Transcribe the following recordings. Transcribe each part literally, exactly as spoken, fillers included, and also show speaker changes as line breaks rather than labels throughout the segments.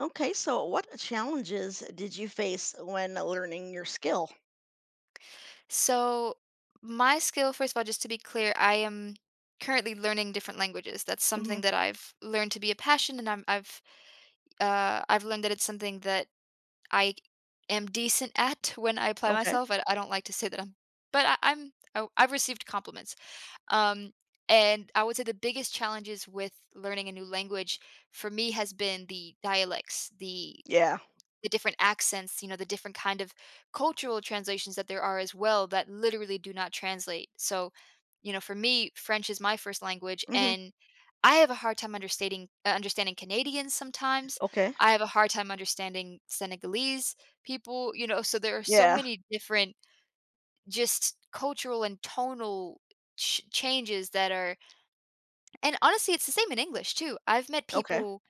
Okay, so what challenges did you face when learning your skill?
So, my skill, first of all, just to be clear, I am currently learning different languages. That's
Hmm.
something that I've learned to be a passion, and I'm, I've uh, I've learned that it's something that I am decent at when I apply
Okay.
myself. I, I don't like to say that I'm, but I, I'm I, I've received compliments. Um, and I would say the biggest challenges with learning a new language for me has been the dialects, the
Yeah.
the different accents, you know, the different kind of cultural translations that there are as well that literally do not translate. So, you know, for me, French is my first language,
Hmm.
and I have a hard time understanding uh, understanding Canadians sometimes.
Okay.
I have a hard time understanding Senegalese people, you know. So there are so
Yeah.
many different just cultural and tonal ch- changes that are, and honestly, it's the same in English too. I've met
Okay.
people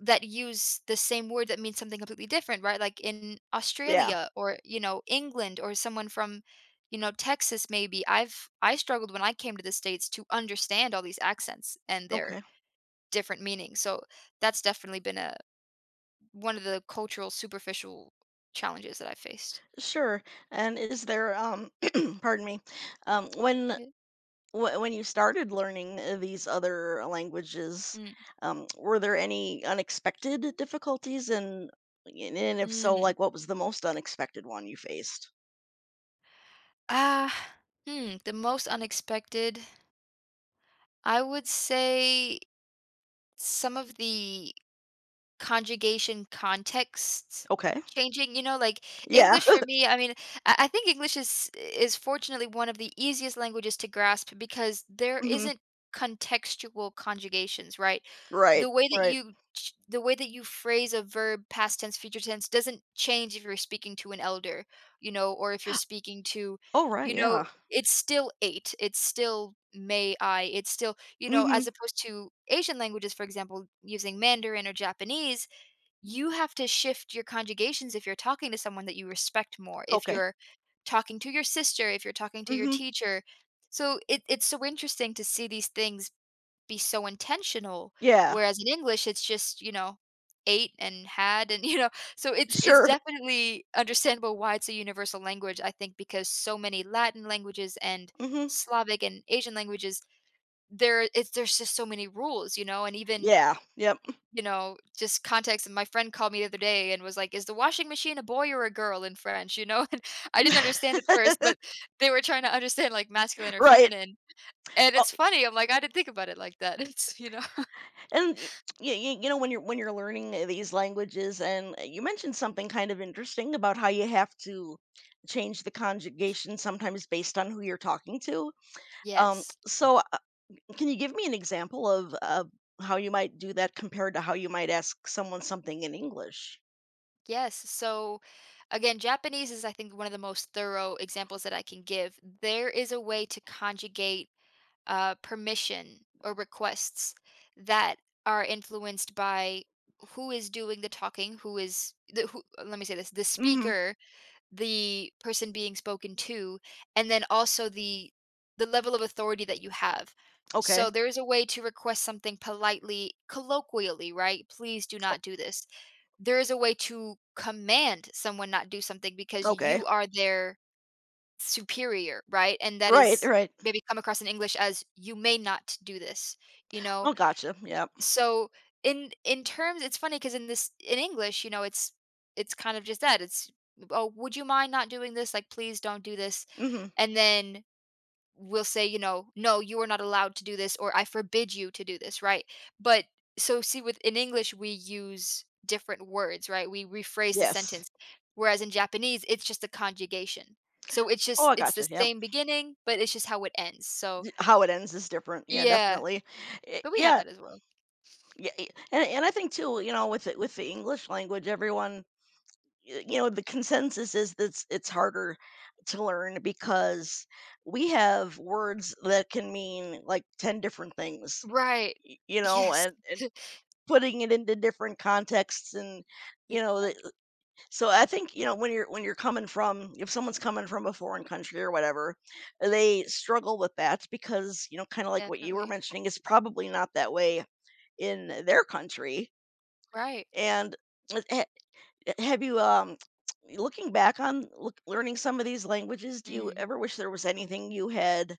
that use the same word that means something completely different, right? Like in
Yeah.
Australia or, you know, England or someone from, you know, Texas maybe. I've I struggled when I came to the States to understand all these accents and their
Okay.
different meanings. So that's definitely been a one of the cultural superficial challenges that I faced.
Sure. And is there um pardon me. Um when
Yeah.
wh- when you started learning uh, these other languages,
Mm.
um were there any unexpected difficulties and and and if so,
Mm.
like what was the most unexpected one you faced?
Ah, hmm, the most unexpected, I would say some of the conjugation contexts
Okay.
changing, you know, like,
Yeah.
English for me, I mean, I I think English is is fortunately one of the easiest languages to grasp because there
Hmm.
isn't contextual conjugations, right?
Right.
The way that
Right.
you ch the way that you phrase a verb, past tense, future tense doesn't change if you're speaking to an elder, you know, or if you're speaking to,
Oh, right.
you know,
Yeah.
it's still ate, it's still may I, it's still, you know,
Hmm.
as opposed to Asian languages, for example, using Mandarin or Japanese, you have to shift your conjugations if you're talking to someone that you respect more, if
Okay.
you're talking to your sister, if you're talking to your
Mhm.
teacher. So it, it's so interesting to see these things be so intentional,
Yeah.
whereas in English it's just, you know, ate and had and you know, so it's it's
Sure.
definitely understandable why it's a universal language, I think, because so many Latin languages and
Mhm.
Slavic and Asian languages, there it's there's just so many rules, you know, and even,
Yeah. Yep.
you know, just context. And my friend called me the other day and was like, "Is the washing machine a boy or a girl in French?" You know, and I didn't understand at first, but they were trying to understand, like, masculine or
Right.
feminine, and
Oh,
it's funny, I'm like, "I didn't think about it like that." It's, you know?
and y y y you know, when you're when you're learning, uh, these languages and uh, you mentioned something kind of interesting about how you have to change the conjugation sometimes based on who you're talking to. Um,
Yes.
so, uh, can you give me an example of of how you might do that compared to how you might ask someone something in English?
Yes, so, again, Japanese is, I think, one of the most thorough examples that I can give. There is a way to conjugate uh, permission or requests that are influenced by who is doing the talking, who is the who, let me say this, the
Mhm.
speaker, the person being spoken to, and then also the the level of authority that you have.
Okay.
So there is a way to request something politely, colloquially, right? Please do
O
not do this. There is a way to command someone not do something because
Okay.
you are their superior, right? And that
Right,
is
right.
maybe come across in English as you may not do this, you know?
Oh, gotcha. Yep.
So in in terms it's funny because in this in English, you know, it's it's kind of just that. It's, "Oh, would you mind not doing this? Like, please don't do this."
Mhm.
And then will say, you know, "No, you are not allowed to do this," or "I forbid you to do this," right? But so see, with in English we use different words, right? We rephrase the
Yes.
sentence. Whereas in Japanese, it's just a conjugation. So it's
Oh,
just
I
it's the
gotcha, yep.
same beginning, but it's just how it ends. So
Y How it ends is different, yeah,
yeah,
definitely. Eh
but we have
yeah,
that as well.
yeah, eh and and I think too, you know, with the with the English language, everyone y you know, the consensus is that it's it's harder to learn because we have words that can mean, like, ten different things,
Right.
y you know,
Yes,
and and putting it into different contexts and,
d
you know, the so I think, you know, when you're when you're coming from if someone's coming from a foreign country or whatever, they struggle with that because, you know, kind of like what you were
definitely.
mentioning, it's probably not that way in their country.
Right.
And uh, ha- have you um looking back on look, learning some of these languages, do you
Mm.
ever wish there was anything you had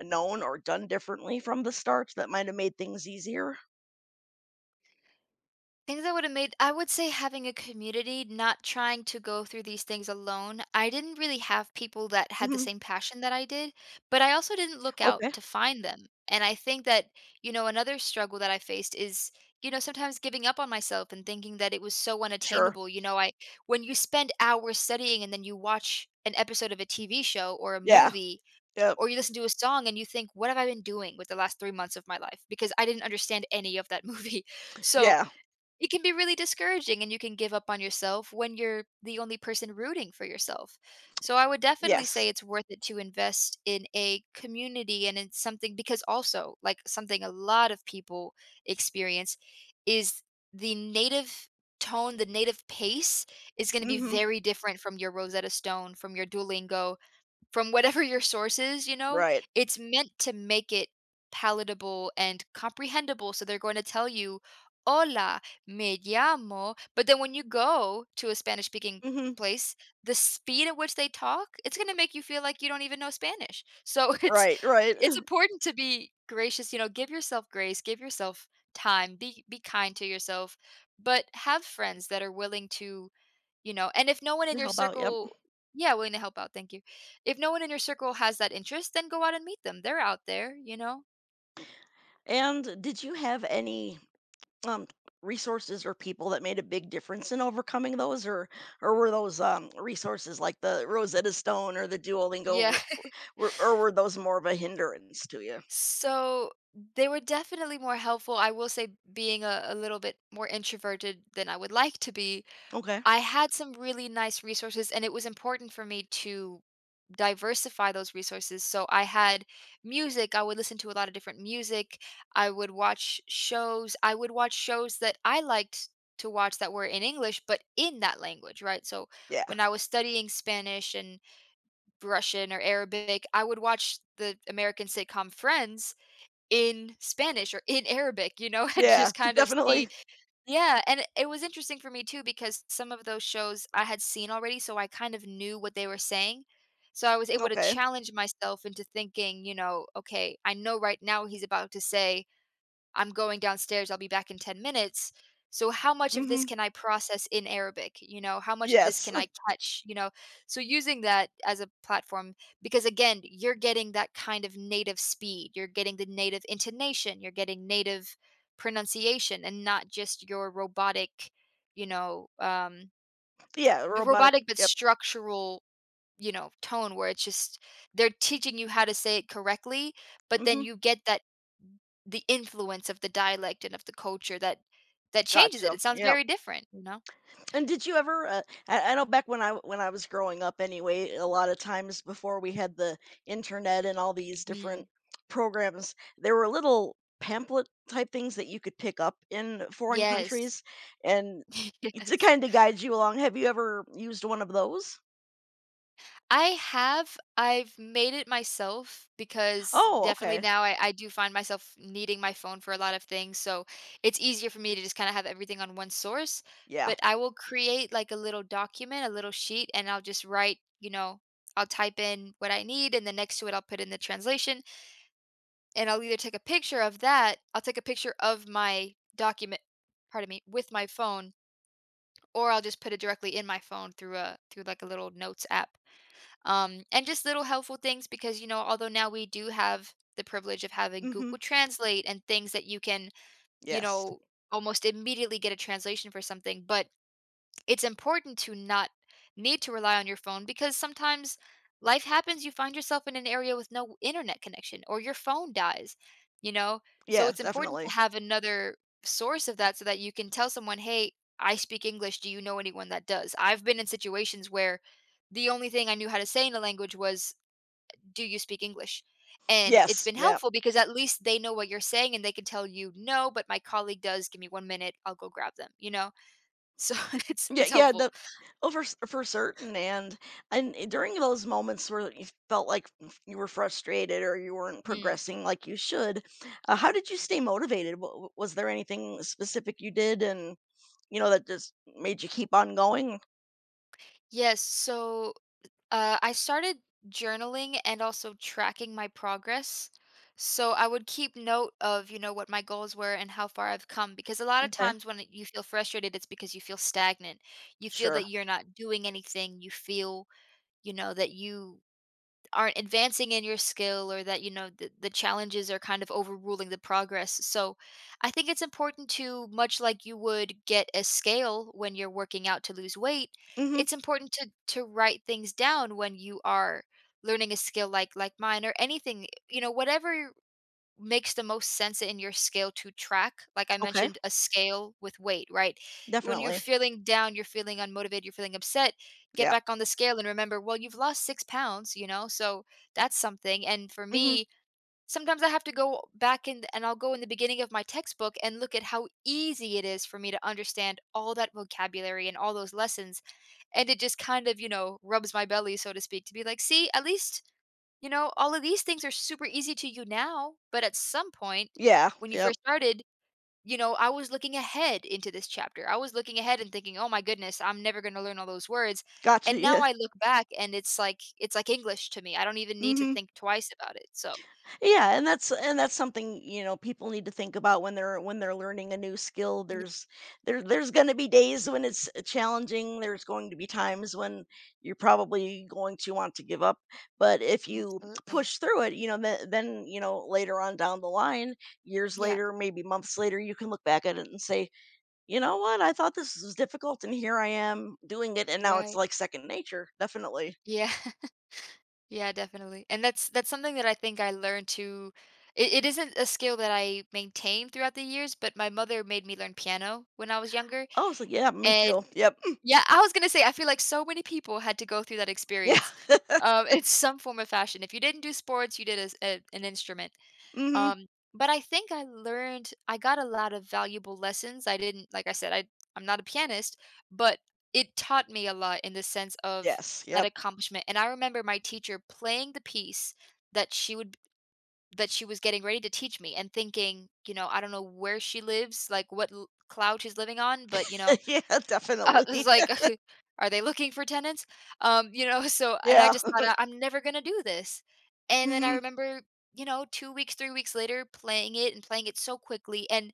known or done differently from the start that might have made things easier?
Things that would have made, I would say having a community, not trying to go through these things alone. I didn't really have people that had the
Hmm.
same passion that I did, but I also didn't look out
Okay.
to find them. And I think that, you know, another struggle that I faced is, you know, sometimes giving up on myself and thinking that it was so
Sure.
unattainable. You know, I, when you spend hours studying and then you watch an episode of a T V show or a
Yeah.
movie
Yep.
or you listen to a song and you think, what have I been doing with the last three months of my life? Because I didn't understand any of that movie. So
Yeah.
it can be really discouraging and you can give up on yourself when you're the only person rooting for yourself. So I would definitely
Yes.
say it's worth it to invest in a community and in something, because also, like, something a lot of people experience is the native tone, the native pace is going to be
Mhm.
very different from your Rosetta Stone, from your Duolingo, from whatever your source is, you know,
Right.
it's meant to make it palatable and comprehensible, so they're going to tell you, "Hola, me llamo," but then when you go to a Spanish speaking
Mhm.
place, the speed at which they talk, it's gonna make you feel like you don't even know Spanish. So it's
Right, right.
it's important to be gracious, you know, give yourself grace, give yourself time, be be kind to yourself, but have friends that are willing to, you know, and if no one
To
in your
help out, yep.
circle. Yeah, willing to help out, thank you. If no one in your circle has that interest, then go out and meet them. They're out there, you know?
And did you have any, um, resources or people that made a big difference in overcoming those, or or were those, um, resources like the Rosetta Stone or the
Yeah.
Duolingo, were or were those more of a hindrance to you?
So, they were definitely more helpful. I will say being a a little bit more introverted than I would like to be,
Okay.
I had some really nice resources, and it was important for me to diversify those resources. So I had music. I would listen to a lot of different music. I would watch shows. I would watch shows that I liked to watch that were in English, but in that language, right? So
Yeah.
when I was studying Spanish and Russian or Arabic, I would watch the American sitcom Friends in Spanish or in Arabic, you know, and
Yeah,
just kind of see.
definitely.
Yeah, and it it was interesting for me too because some of those shows I had seen already, so I kind of knew what they were saying. So I was able to
Okay.
challenge myself into thinking, you know, okay, I know right now he's about to say, I'm going downstairs, I'll be back in ten minutes. So how much of this
Mhm.
can I process in Arabic? You know, how much of this
Yes.
can I catch? You know, so using that as a platform, because again, you're getting that kind of native speed, you're getting the native intonation, you're getting native pronunciation, and not just your robotic, you know, um,
Yeah,
the
robotic,
robotic but
yep.
structural, you know, tone where it's just they're teaching you how to say it correctly, but then
Mhm.
you get that the influence of the dialect and of the culture that that changes it.
Gotcha.
It sounds
Yep.
very different, you know?
And did you ever, uh, I I know back when I when I was growing up anyway, a lot of times before we had the internet and all these
Mm.
different programs, there were little pamphlet type things that you could pick up in foreign
Yes.
countries and to
Yes.
kind of guide you along. Have you ever used one of those?
I have. I've made it myself because
Oh,
definitely
okay.
now I, I do find myself needing my phone for a lot of things. So it's easier for me to just kind of have everything on one source.
Yeah.
But I will create like a little document, a little sheet, and I'll just write, you know, I'll type in what I need and then next to it I'll put in the translation. And I'll either take a picture of that I'll take a picture of my document, pardon me, with my phone, or I'll just put it directly in my phone through a through, like, a little notes app. Um, and just little helpful things because, you know, although now we do have the privilege of having
Hmm.
Google Translate and things that you can, you
Yes.
know, almost immediately get a translation for something, but it's important to not need to rely on your phone because sometimes life happens, you find yourself in an area with no internet connection or your phone dies, you know? So
Yeah,
it's important
definitely.
to have another source of that so that you can tell someone, "Hey, I speak English. Do you know anyone that does?" I've been in situations where the only thing I knew how to say in a language was, "Do you speak English?" And it's
Yes.
been
Yeah.
helpful because at least they know what you're saying and they can tell you, "No, but my colleague does. Give me one minute. I'll go grab them," you know? So it's
Yeah,
it's
yeah,
helpful.
the oh, for s for certain, and and eh, during those moments where you felt like f- you were frustrated or you weren't
Mm.
progressing like you should, uh, how did you stay motivated? Wa- wa- Was there anything specific you did, and you know that just made you keep on going?
Yes. So uh, I started journaling and also tracking my progress. So I would keep note of, you know, what my goals were and how far I've come. Because a lot of
Okay,
times when you feel frustrated, it's because you feel stagnant. You feel
sure.
that you're not doing anything. You feel, you know, that you aren't advancing in your skill or that you know the, the challenges are kind of overruling the progress. So I think it's important to, much like you would get a scale when you're working out to lose weight,
Mm-hmm.
it's important to to write things down when you are learning a skill like like mine or anything, you know, whatever makes the most sense in your scale to track. Like I
Okay,
mentioned, a scale with weight, right? When you're
definitely.
feeling down, you're feeling unmotivated, you're feeling upset, get
Yeah.
back on the scale and remember, well, you've lost six pounds, you know? So that's something. And for
Mm-hmm.
me, sometimes I have to go back in and I'll go in the beginning of my textbook and look at how easy it is for me to understand all that vocabulary and all those lessons. And it just kind of, you know, rubs my belly, so to speak, to be like, see, at least, you know, all of these things are super easy to you now, but at some point
Yeah.
when you
Yep.
first started, you know, I was looking ahead into this chapter. I was looking ahead and thinking, "Oh my goodness, I'm never going to learn all those words."
Gotcha.
And now
Yeah.
I look back and it's like it's like English to me. I don't even need to
Mm-hmm.
think twice about it. So,
Yeah, and that's and that's something, you know, people need to think about when they're when they're learning a new skill.
yeah,
There's there there's going to be days when it's challenging. There's going to be times when you're probably going to want to give up. But if you
absolutely.
push through it, you know, then, then you know, later on down the line, years
Yeah,
later, maybe months later, you can look back at it and say, "You know what? I thought this was difficult and here I am doing it and now it's
right.
like second nature." Definitely.
Yeah. Yeah, definitely. And that's that's something that I think I learned to, it, it isn't a skill that I maintained throughout the years, but my mother made me learn piano when I was younger.
Oh, so yeah, me too.
And
Yep.
yeah, I was gonna say, I feel like so many people had to go through that
Yeah.
experience. Um, it's some form of fashion. If you didn't do sports, you did a s a an instrument.
Mhm.
Um, but I think I learned I got a lot of valuable lessons. I didn't, like I said, I I'm not a pianist, but it taught me a lot in the sense of
Yes.
that
Yep.
accomplishment. And I remember my teacher playing the piece that she would that she was getting ready to teach me and thinking, you know, I don't know where she lives, like what l cloud she's living on, but, you know,
Yeah,
uh, it was
definitely.
like, "Are they looking for tenants?" Um, you know, so and I
Yeah.
just thought, "I- "I'm never gonna do this." And then I
Mhm,
remember, you know, two weeks, three weeks later, playing it and playing it so quickly, and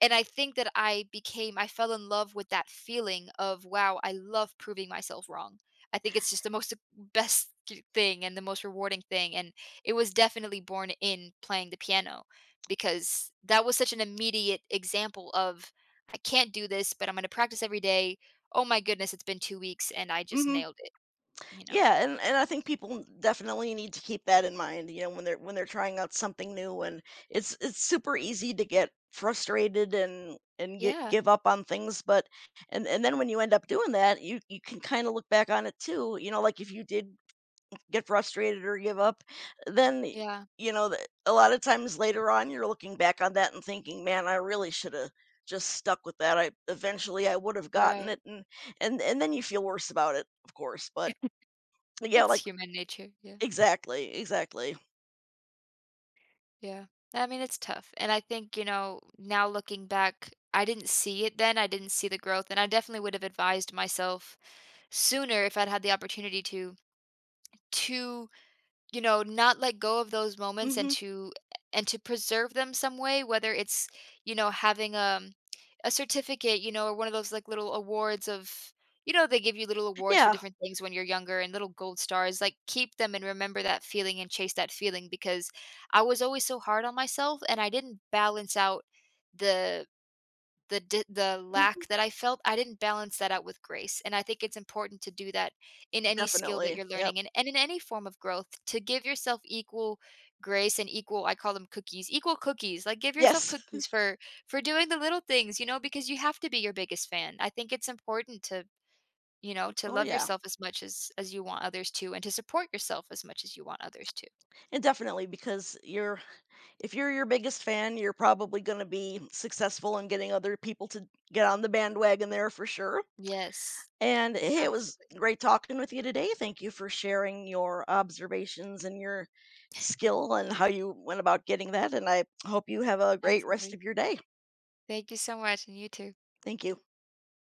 and I think that I became I fell in love with that feeling of, "Wow, I love proving myself wrong." I think it's just the most best g thing and the most rewarding thing, and it was definitely born in playing the piano because that was such an immediate example of, "I can't do this, but I'm gonna practice every day. Oh my goodness, it's been two weeks and I just
mhm.
nailed it, you know?"
Yeah, and and I think people definitely need to keep that in mind, you know, when they're when they're trying out something new and it's it's super easy to get frustrated and and get,
Yeah,
give up on things, but and and then when you end up doing that, you you can kind of look back on it too, you know, like if you did get frustrated or give up, then, y
yeah,
you know, the a lot of times later on, you're looking back on that and thinking, "Man, I really shoulda just stuck with that. I eventually, I would've gotten
right.
it," and and and then you feel worse about it, of course, but yeah,
That's
like
human nature, yeah,
exactly, exactly.
yeah. I mean, it's tough, and I think, you know, now looking back, I didn't see it then, I didn't see the growth, and I definitely would have advised myself sooner if I'd had the opportunity to, to you know, not let go of those moments and
Mhm.
to and to preserve them some way, whether it's, you know, having um a certificate, you know, or one of those like little awards of, you know, they give you little awards for
Yeah.
different things when you're younger and little gold stars. Like keep them and remember that feeling and chase that feeling, because I was always so hard on myself and I didn't balance out the the di the
Mhm.
lack that I felt. I didn't balance that out with grace, and I think it's important to do that in any skill that
Definitely.
you're
Yep.
learning, and and in any form of growth, to give yourself equal grace and equal, I call them cookies, equal cookies, like, give yourself
Yes.
cookies for for doing the little things, you know, because you have to be your biggest fan. I think it's important to, you know, to
Oh,
love
yeah.
yourself as much as as you want others to, and to support yourself as much as you want others to.
And definitely because you're if you're your biggest fan, you're probably gonna be successful in getting other people to get on the bandwagon there for sure.
Yes,
And hey, it was
absolutely,
great talking with you today. Thank you for sharing your observations and your skill and how you went about getting that. And I hope you have a great rest
absolutely.
of your day.
Thank you so much, and you too.
Thank you.